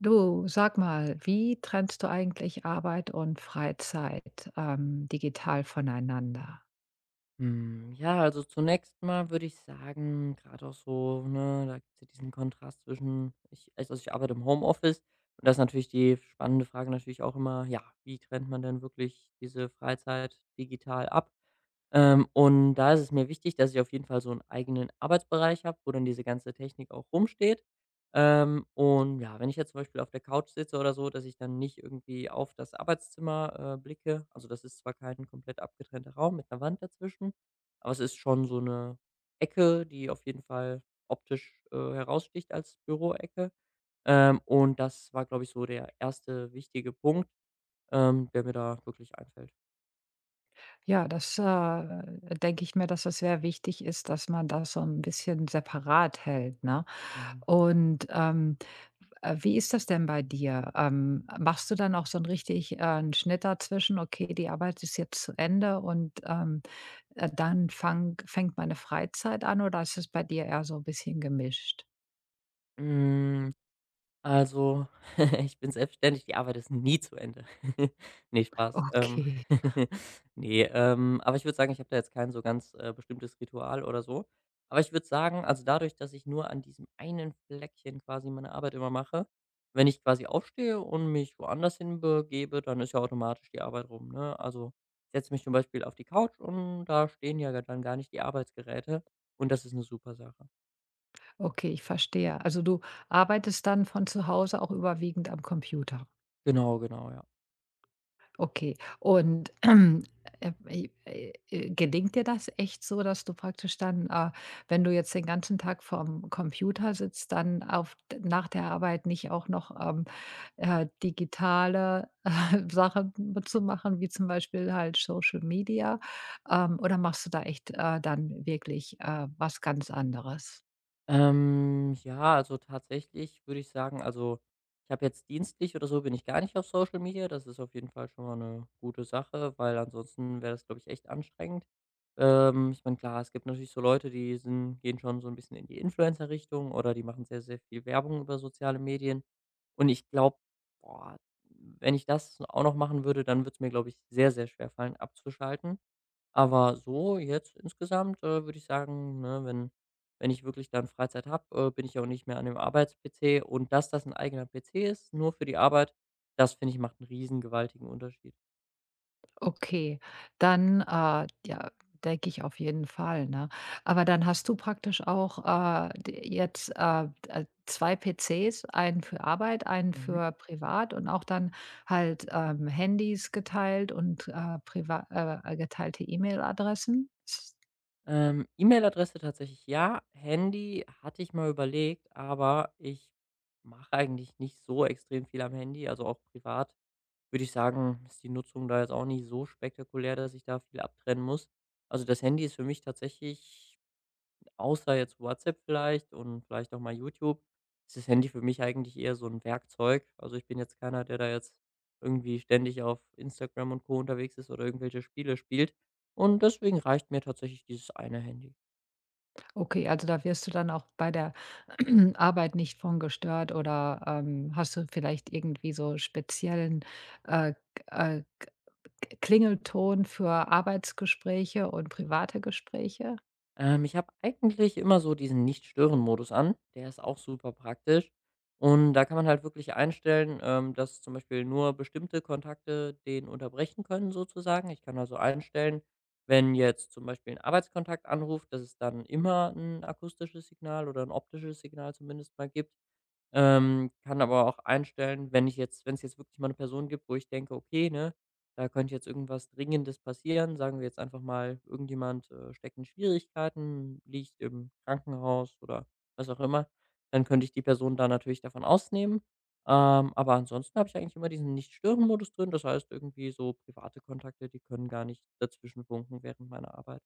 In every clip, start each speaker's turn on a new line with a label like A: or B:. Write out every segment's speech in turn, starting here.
A: Du, sag mal, wie trennst du eigentlich Arbeit und Freizeit, digital voneinander?
B: Hm, ja, also zunächst mal würde ich sagen, gerade auch so, ne, da gibt's ja diesen Kontrast zwischen ich arbeite im Homeoffice und das ist natürlich die spannende Frage natürlich auch immer, ja, wie trennt man denn wirklich diese Freizeit digital ab? Und da ist es mir wichtig, dass ich auf jeden Fall so einen eigenen Arbeitsbereich habe, wo dann diese ganze Technik auch rumsteht. Und ja, wenn ich jetzt zum Beispiel auf der Couch sitze oder so, dass ich dann nicht irgendwie auf das Arbeitszimmer, blicke. Also, das ist zwar kein komplett abgetrennter Raum mit einer Wand dazwischen, aber es ist schon so eine Ecke, die auf jeden Fall optisch, heraussticht als Büroecke. Und das war, glaube ich, so der erste wichtige Punkt, der mir da wirklich einfällt.
A: Ja, das, äh, Denke ich mir, dass das sehr wichtig ist, dass man das so ein bisschen separat hält, ne?
B: Mhm.
A: Und, wie ist das denn bei dir? Machst du dann auch so 'n richtig, 'n Schnitt dazwischen: „Okay, die Arbeit ist jetzt zu Ende und, dann fang fängt meine Freizeit an“, oder ist es bei dir eher so ein bisschen gemischt?
B: Hm. Also, ich bin selbstständig, die Arbeit ist nie zu Ende. Ne, Spaß.
A: Okay.
B: Ne, aber ich würde sagen, ich habe da jetzt kein so ganz, bestimmtes Ritual oder so. Aber ich würde sagen, also, dadurch, dass ich nur an diesem einen Fleckchen quasi meine Arbeit immer mache, wenn ich quasi aufstehe und mich woanders hinbegebe, dann ist ja automatisch die Arbeit rum, ne? Also, ich setze mich zum Beispiel auf die Couch und da stehen ja dann gar nicht die Arbeitsgeräte und das ist eine super Sache.
A: Okay, ich verstehe. Also du arbeitest dann von zu Hause auch überwiegend am Computer.
B: Genau, genau, ja.
A: Okay. Und äh, gelingt dir das echt so, dass du praktisch dann, wenn du jetzt den ganzen Tag vorm Computer sitzt, nach der Arbeit nicht auch noch digitale Sachen zu machen, wie zum Beispiel halt Social Media? Oder machst du da echt dann wirklich was ganz anderes?
B: Ja, also tatsächlich würde ich sagen, also ich habe jetzt dienstlich oder so bin ich gar nicht auf Social Media. Das ist auf jeden Fall schon mal eine gute Sache, weil ansonsten wäre das, glaube ich, echt anstrengend. Ich meine, klar, es gibt natürlich so Leute, die sind gehen schon so ein bisschen in die Influencer-Richtung oder die machen sehr, sehr viel Werbung über soziale Medien. Und ich glaube, boah, wenn ich das auch noch machen würde, dann würde es mir, glaube ich, sehr, sehr schwer fallen abzuschalten. Aber so jetzt insgesamt, würde ich sagen, ne, wenn ich wirklich dann Freizeit habe, bin ich auch nicht mehr an dem Arbeits-PC und dass das ein eigener PC ist, nur für die Arbeit, das finde ich, macht einen riesen gewaltigen Unterschied.
A: Okay, ja, denke ich auf jeden Fall, ne? Aber dann hast du praktisch auch, d jetzt, 2 PCs, einen für Arbeit, einen
B: Mhm.
A: für privat und auch dann halt, Handys geteilt und, priva geteilte E-Mail-Adressen?
B: E-Mail-Adresse tatsächlich ja, Handy hatte ich mal überlegt, aber ich mache eigentlich nicht so extrem viel am Handy, also auch privat, würde ich sagen, ist die Nutzung da jetzt auch nicht so spektakulär, dass ich da viel abtrennen muss. Also das Handy ist für mich tatsächlich außer jetzt WhatsApp vielleicht und vielleicht auch mal YouTube, ist das Handy für mich eigentlich eher so ein Werkzeug. Also, ich bin jetzt keiner, der da jetzt irgendwie ständig auf Instagram und Co. unterwegs ist oder irgendwelche Spiele spielt. Und deswegen reicht mir tatsächlich dieses eine Handy.
A: Okay, also da wirst du dann auch bei der Arbeit nicht von gestört oder, hast du vielleicht irgendwie so speziellen, äh, äh, Klingelton für Arbeitsgespräche und private Gespräche.
B: Ich habe eigentlich immer so diesen Nicht-Stören-Modus an. Der ist auch super praktisch. Und da kann man halt wirklich einstellen, dass zum Beispiel nur bestimmte Kontakte den unterbrechen können, sozusagen. Ich kann also einstellen, wenn jetzt zum Beispiel ein Arbeitskontakt anruft, dass es dann immer ein akustisches Signal oder ein optisches Signal zumindest mal gibt. Kann aber auch einstellen, wenn es jetzt wirklich mal eine Person gibt, wo ich denke: „Okay, ne, da könnte jetzt irgendwas Dringendes passieren.“ Sagen wir jetzt einfach mal, irgendjemand, steckt in Schwierigkeiten, liegt im Krankenhaus oder was auch immer, dann könnte ich die Person da natürlich davon ausnehmen. Aber ansonsten habe ich eigentlich immer diesen Nicht-Stören-Modus drin. Das heißt irgendwie so private Kontakte, die können gar nicht dazwischenfunken während meiner Arbeit.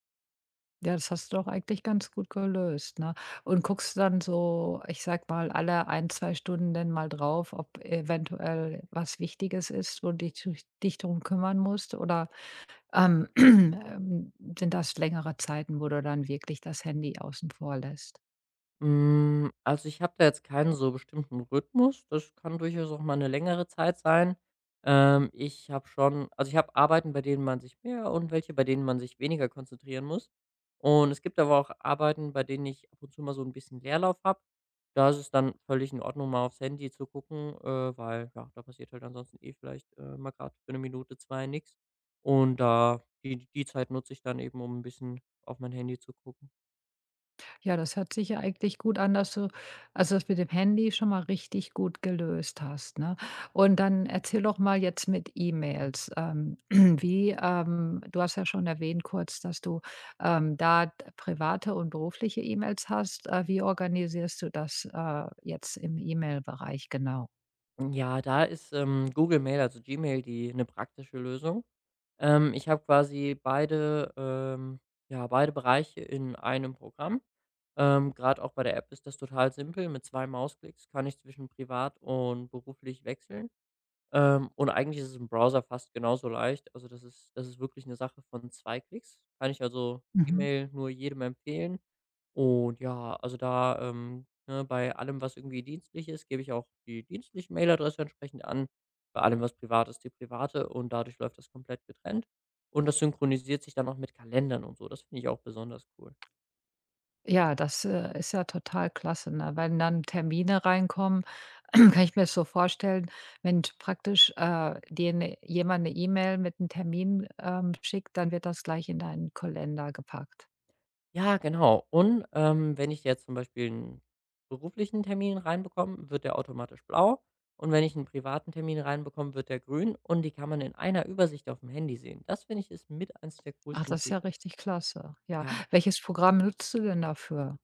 A: Ja, das hast du doch eigentlich ganz gut gelöst, ne? Und guckst dann so, ich sag mal, alle ein 2 Stunden denn mal drauf, ob eventuell was Wichtiges ist, wo du dich darum kümmern musst oder, ähm, ähm, sind das längere Zeiten, wo du dann wirklich das Handy außen vor lässt?
B: Hm, also, ich habe da jetzt keinen so bestimmten Rhythmus. Das kann durchaus auch mal eine längere Zeit sein. Ich habe schon also, ich habe Arbeiten, bei denen man sich mehr und welche, bei denen man sich weniger konzentrieren muss. Und es gibt aber auch Arbeiten, bei denen ich ab und zu mal so ein bisschen Leerlauf habe. Da ist es dann völlig in Ordnung, mal aufs Handy zu gucken, weil, ja, da passiert halt ansonsten eh vielleicht, mal gerade für eine Minute, 2 nichts. Und da die Zeit nutze ich dann eben, um ein bisschen auf mein Handy zu gucken.
A: Ja, das hört sich ja eigentlich gut an, dass du also das mit dem Handy schon mal richtig gut gelöst hast, ne? Und dann erzähl doch mal jetzt mit E-Mails, wie, du hast ja schon erwähnt kurz, dass du, da d private und berufliche E-Mails hast. Wie organisierst du das, jetzt im E-Mail-Bereich genau?
B: Ja, da ist, Google Mail, also Gmail, die eine praktische Lösung. Ich habe quasi beide ja, beide Bereiche in einem Programm. Grad auch bei der App ist das total simpel. Mit 2 Mausklicks kann ich zwischen privat und beruflich wechseln. Und eigentlich ist es im Browser fast genauso leicht. Also, das ist wirklich eine Sache von 2 Klicks. Kann ich also
A: Mhm.
B: E-Mail nur jedem empfehlen. Und ja, also da, ne, bei allem, was irgendwie dienstlich ist, gebe ich auch die dienstliche Mailadresse entsprechend an. Bei allem, was privat ist, die private, und dadurch läuft das komplett getrennt. Und das synchronisiert sich dann auch mit Kalendern und so. Das finde ich auch besonders cool.
A: Ist ja total klasse, ne? Wenn dann Termine reinkommen, kann ich mir das so vorstellen, wenn t praktisch, dir jemand eine E-Mail mit einem Termin, schickt, dann wird das gleich in deinen Kalender gepackt.
B: Ja, genau. Und, wenn ich jetzt zum Beispiel einen beruflichen Termin reinbekomme, wird der automatisch blau. Und wenn ich einen privaten Termin reinbekomme, wird der grün, und die kann man in einer Übersicht auf dem Handy sehen. Das finde ich ist mit eins der
A: Ach,
B: coolsten
A: das ist ja
B: Features.
A: richtig klasse. Ja.
B: Ja.
A: Welches Programm nutzt du denn dafür?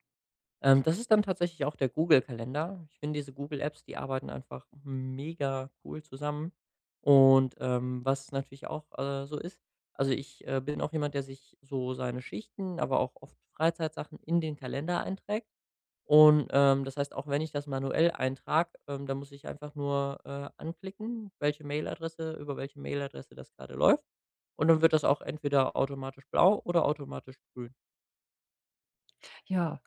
B: Das ist dann tatsächlich auch der Google-Kalender. Ich finde diese Google-Apps, die arbeiten einfach mega cool zusammen. Und, was natürlich auch, so ist, also ich, bin auch jemand, der sich so seine Schichten, aber auch oft Freizeitsachen in den Kalender einträgt. Und, das heißt, auch wenn ich das manuell eintrage, dann muss ich einfach nur, anklicken, welche Mailadresse über welche Mailadresse das gerade läuft. Und dann wird das auch entweder automatisch blau oder automatisch grün.
A: Ja.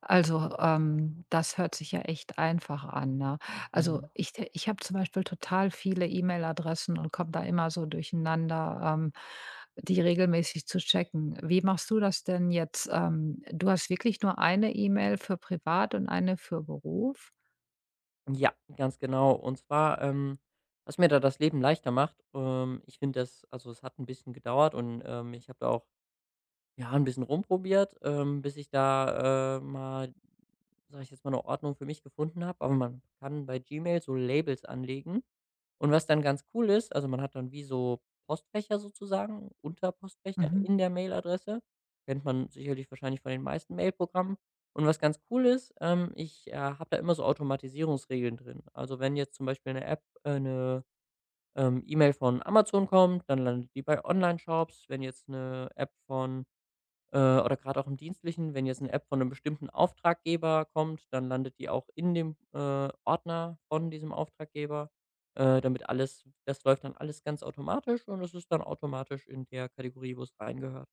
A: Also, das hört sich ja echt einfach an, ne? Also,
B: Mhm.
A: ich habe zum Beispiel total viele E-Mail-Adressen und komme da immer so durcheinander, die regelmäßig zu checken. Wie machst du das denn jetzt? Du hast wirklich nur eine E-Mail für privat und eine für Beruf?
B: Ja, ganz genau. Und zwar, was mir da das Leben leichter macht, ich finde das, also, es hat ein bisschen gedauert, und, ich habe da auch ja, ein bisschen rumprobiert, bis ich da, mal, sage ich jetzt mal, eine Ordnung für mich gefunden habe. Aber man kann bei Gmail so Labels anlegen. Und was dann ganz cool ist, also, man hat dann wie so Postfächer sozusagen, Unterpostfächer
A: Mhm.
B: in der Mailadresse. Kennt man sicherlich wahrscheinlich von den meisten Mailprogrammen. Und was ganz cool ist, ich, habe da immer so Automatisierungsregeln drin. Also, wenn jetzt zum Beispiel eine App 'ne, E-Mail von Amazon kommt, dann landet die bei Online-Shops. Wenn jetzt eine App von oder gerade auch im Dienstlichen, wenn jetzt eine App von einem bestimmten Auftraggeber kommt, dann landet die auch in dem, Ordner von diesem Auftraggeber, damit alles, das läuft dann alles ganz automatisch und es ist dann automatisch in der Kategorie, wo es reingehört.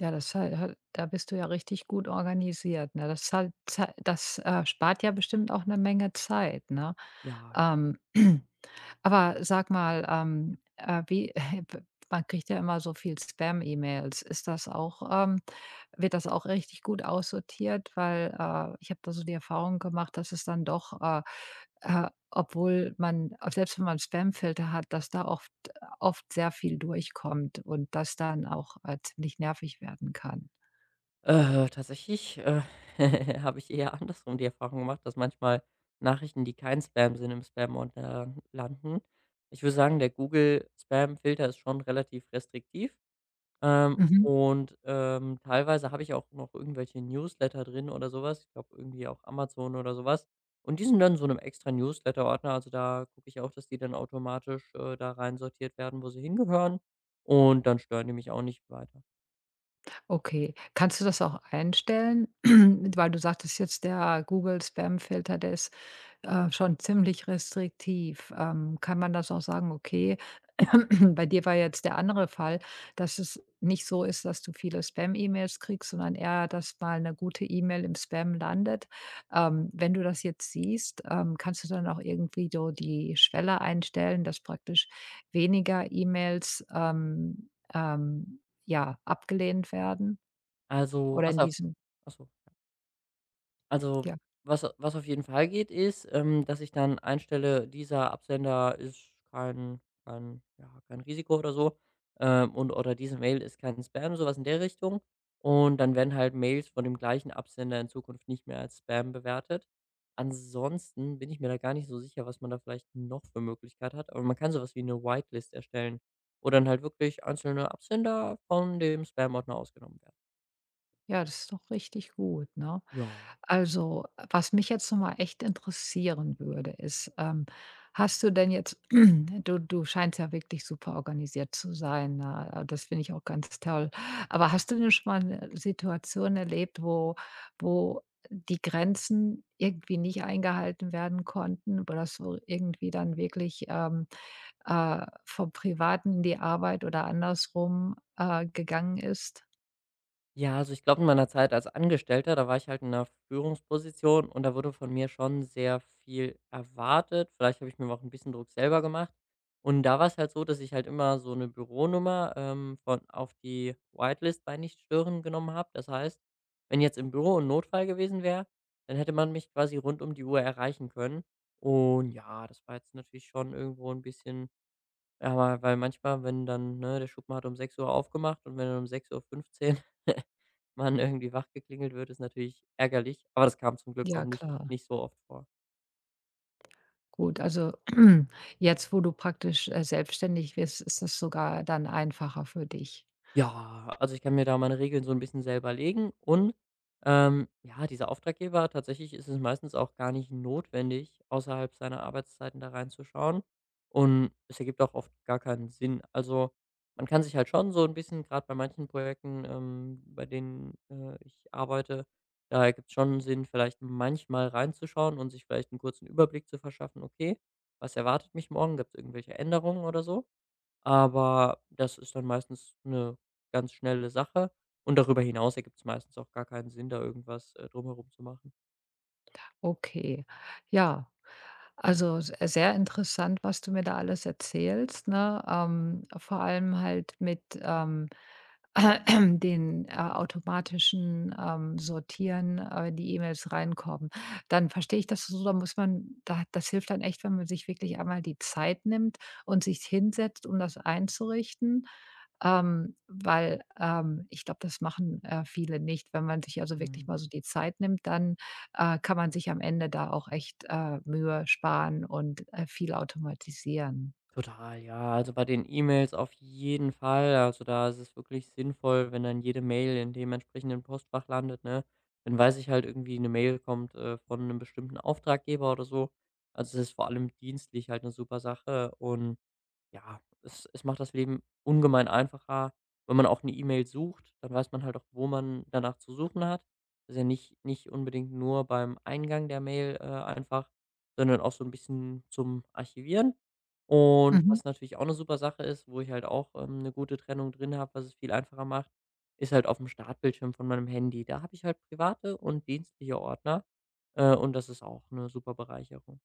A: Ja, das hal hal da bist du ja richtig gut organisiert, ne? Das halt zei das, spart ja bestimmt auch eine Menge Zeit, ne?
B: Ja,
A: Ähm Aber sag mal, wie man kriegt ja immer so viel Spam-E-Mails. Ist das auch wird das auch richtig gut aussortiert? Weil, ich habe da so die Erfahrung gemacht, dass es dann doch, obwohl man auch selbst wenn man 'n Spamfilter hat, dass da oft sehr viel durchkommt und das dann auch, ziemlich nervig werden kann.
B: tatsächlich, habe ich eher andersrum die Erfahrung gemacht, dass manchmal Nachrichten, die kein Spam sind, im Spam-Ordner landen. Ich würde sagen, der Google-Spam-Filter ist schon relativ restriktiv.
A: Mhm.
B: Und, teilweise habe ich auch noch irgendwelche Newsletter drin oder sowas. Ich glaube, irgendwie auch Amazon oder sowas. Und die sind dann in so 'nem extra Newsletter-Ordner. Also, da gucke ich auch, dass die dann automatisch, da rein sortiert werden, wo sie hingehören. Und dann stören die mich auch nicht weiter.
A: Okay. Kannst du das auch einstellen? Weil du sagtest jetzt, der Google-Spamfilter, der ist schon ziemlich restriktiv. Kann man das auch sagen, okay, bei dir war jetzt der andere Fall, dass es nicht so ist, dass du viele Spam-E-Mails kriegst, sondern eher, dass mal eine gute E-Mail im Spam landet. Wenn du das jetzt siehst, kannst du dann auch irgendwie so die Schwelle einstellen, dass praktisch weniger E-Mails, ja, abgelehnt werden?
B: Also,
A: Oder
B: was
A: in
B: auf
A: diesem
B: ach so. Also,
A: ja,
B: was auf jeden Fall geht, ist, dass ich dann einstelle, dieser Absender ist kein ja, kein Risiko oder so, und oder diese Mail ist kein Spam, so was in der Richtung. Und dann werden halt Mails von dem gleichen Absender in Zukunft nicht mehr als Spam bewertet. Ansonsten bin ich mir da gar nicht so sicher, was man da vielleicht noch für Möglichkeit hat, aber man kann so was wie eine Whitelist erstellen, wo dann halt wirklich einzelne Absender von dem Spam-Ordner ausgenommen werden.
A: ja, das ist doch richtig gut, ne?
B: Ja.
A: Also, was mich jetzt noch mal echt interessieren würde, ist, hast du denn jetzt du scheinst ja wirklich super organisiert zu sein, ne? Das finde ich auch ganz toll. Aber hast du denn schon mal 'ne Situation erlebt, wo die Grenzen irgendwie nicht eingehalten werden konnten, wo das so irgendwie dann wirklich, vom Privaten in die Arbeit oder andersrum, gegangen ist?
B: Ja, also ich glaube, in meiner Zeit als Angestellter, da war ich halt in einer Führungsposition und da wurde von mir schon sehr viel erwartet. Vielleicht habe ich mir auch ein bisschen Druck selber gemacht. Und da war es halt so, dass ich halt immer so eine Büronummer, von auf die Whitelist bei Nichtstören genommen habe. Das heißt, wenn jetzt im Büro ein Notfall gewesen wäre, dann hätte man mich quasi rund um die Uhr erreichen können. Und ja, das war jetzt natürlich schon irgendwo ein bisschen, aber weil manchmal, wenn dann, ne, der Schuppen hat um 6 Uhr aufgemacht und wenn dann um 6:15 Uhr man irgendwie wach geklingelt wird, ist natürlich ärgerlich, aber das kam zum Glück auch
A: Ja,
B: nicht
A: klar.
B: nicht so oft vor.
A: Gut, also jetzt, wo du praktisch, selbstständig wirst, ist das sogar dann einfacher für dich.
B: Ja, also ich kann mir da meine Regeln so ein bisschen selber legen, und, ja, dieser Auftraggeber, tatsächlich ist es meistens auch gar nicht notwendig, außerhalb seiner Arbeitszeiten da reinzuschauen, und es ergibt auch oft gar keinen Sinn. Also, man kann sich halt schon so ein bisschen, gerade bei manchen Projekten, bei denen, ich arbeite, da ergibt's schon Sinn, vielleicht manchmal reinzuschauen und sich vielleicht einen kurzen Überblick zu verschaffen: „Okay, was erwartet mich morgen? Gibt es irgendwelche Änderungen oder so?“ Aber das ist dann meistens eine ganz schnelle Sache und darüber hinaus ergibt es meistens auch gar keinen Sinn, da irgendwas, drumherum zu machen.
A: Okay, ja. Also, s sehr interessant, was du mir da alles erzählst, ne? Vor allem halt mit, den, automatischen, Sortieren, die E-Mails reinkommen. Dann verstehe ich das so, da muss man da das hilft dann echt, wenn man sich wirklich einmal die Zeit nimmt und sich hinsetzt, um das einzurichten. Weil, ich glaube, das machen, viele nicht. Wenn man sich also wirklich
B: Mhm.
A: mal so die Zeit nimmt, dann, kann man sich am Ende da auch echt, Mühe sparen und, viel automatisieren.
B: Total, ja. Also, bei den E-Mails auf jeden Fall. Also, da ist es wirklich sinnvoll, wenn dann jede Mail in dem entsprechenden Postfach landet, ne? Dann weiß ich halt irgendwie, eine Mail kommt, von einem bestimmten Auftraggeber oder so. Also, es ist vor allem dienstlich halt eine super Sache und ja, es macht das Leben ungemein einfacher. Wenn man auch eine E-Mail sucht, dann weiß man halt auch, wo man danach zu suchen hat. Das ist ja nicht unbedingt nur beim Eingang der Mail, einfach, sondern auch so ein bisschen zum Archivieren. Und
A: Mhm.
B: was natürlich auch eine super Sache ist, wo ich halt auch, 'ne gute Trennung drin habe, was es viel einfacher macht, ist halt auf dem Startbildschirm von meinem Handy. Da habe ich halt private und dienstliche Ordner, und das ist auch eine super Bereicherung.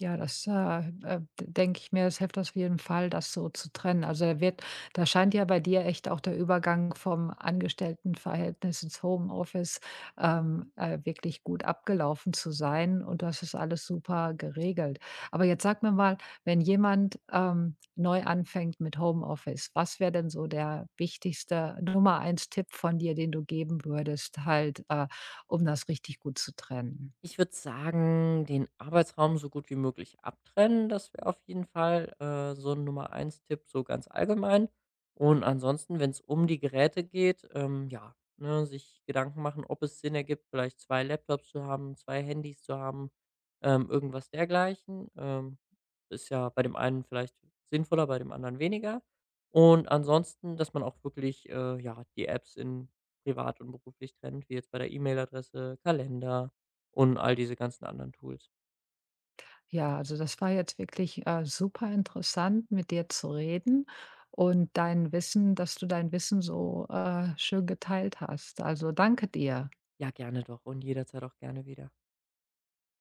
A: Ja, das, äh, äh, Denke ich mir, es hilft auf jeden Fall, das so zu trennen. Also, da scheint ja bei dir echt auch der Übergang vom Angestelltenverhältnis ins Homeoffice, wirklich gut abgelaufen zu sein und das ist alles super geregelt. Aber jetzt sag mir mal, wenn jemand, neu anfängt mit Homeoffice, was wäre denn so der wichtigste Nummer eins Tipp von dir, den du geben würdest, halt, um das richtig gut zu trennen?
B: Ich würde sagen, den Arbeitsraum so gut wie möglich abtrennen. Das wäre auf jeden Fall so ein Nummer eins Tipp, so ganz allgemein. Und ansonsten, wenn es um die Geräte geht, ja, ne, sich Gedanken machen, ob es Sinn ergibt, vielleicht 2 Laptops zu haben, 2 Handys zu haben, irgendwas dergleichen. Ist ja bei dem einen vielleicht sinnvoller, bei dem anderen weniger. Und ansonsten, dass man auch wirklich ja, die Apps in privat und beruflich trennt, wie jetzt bei der E-Mail-Adresse, Kalender, und all diese ganzen anderen Tools.
A: Ja, also das war jetzt wirklich super interessant, mit dir zu reden und dein Wissen so schön geteilt hast. Also danke dir.
B: Ja, gerne doch und jederzeit auch gerne wieder.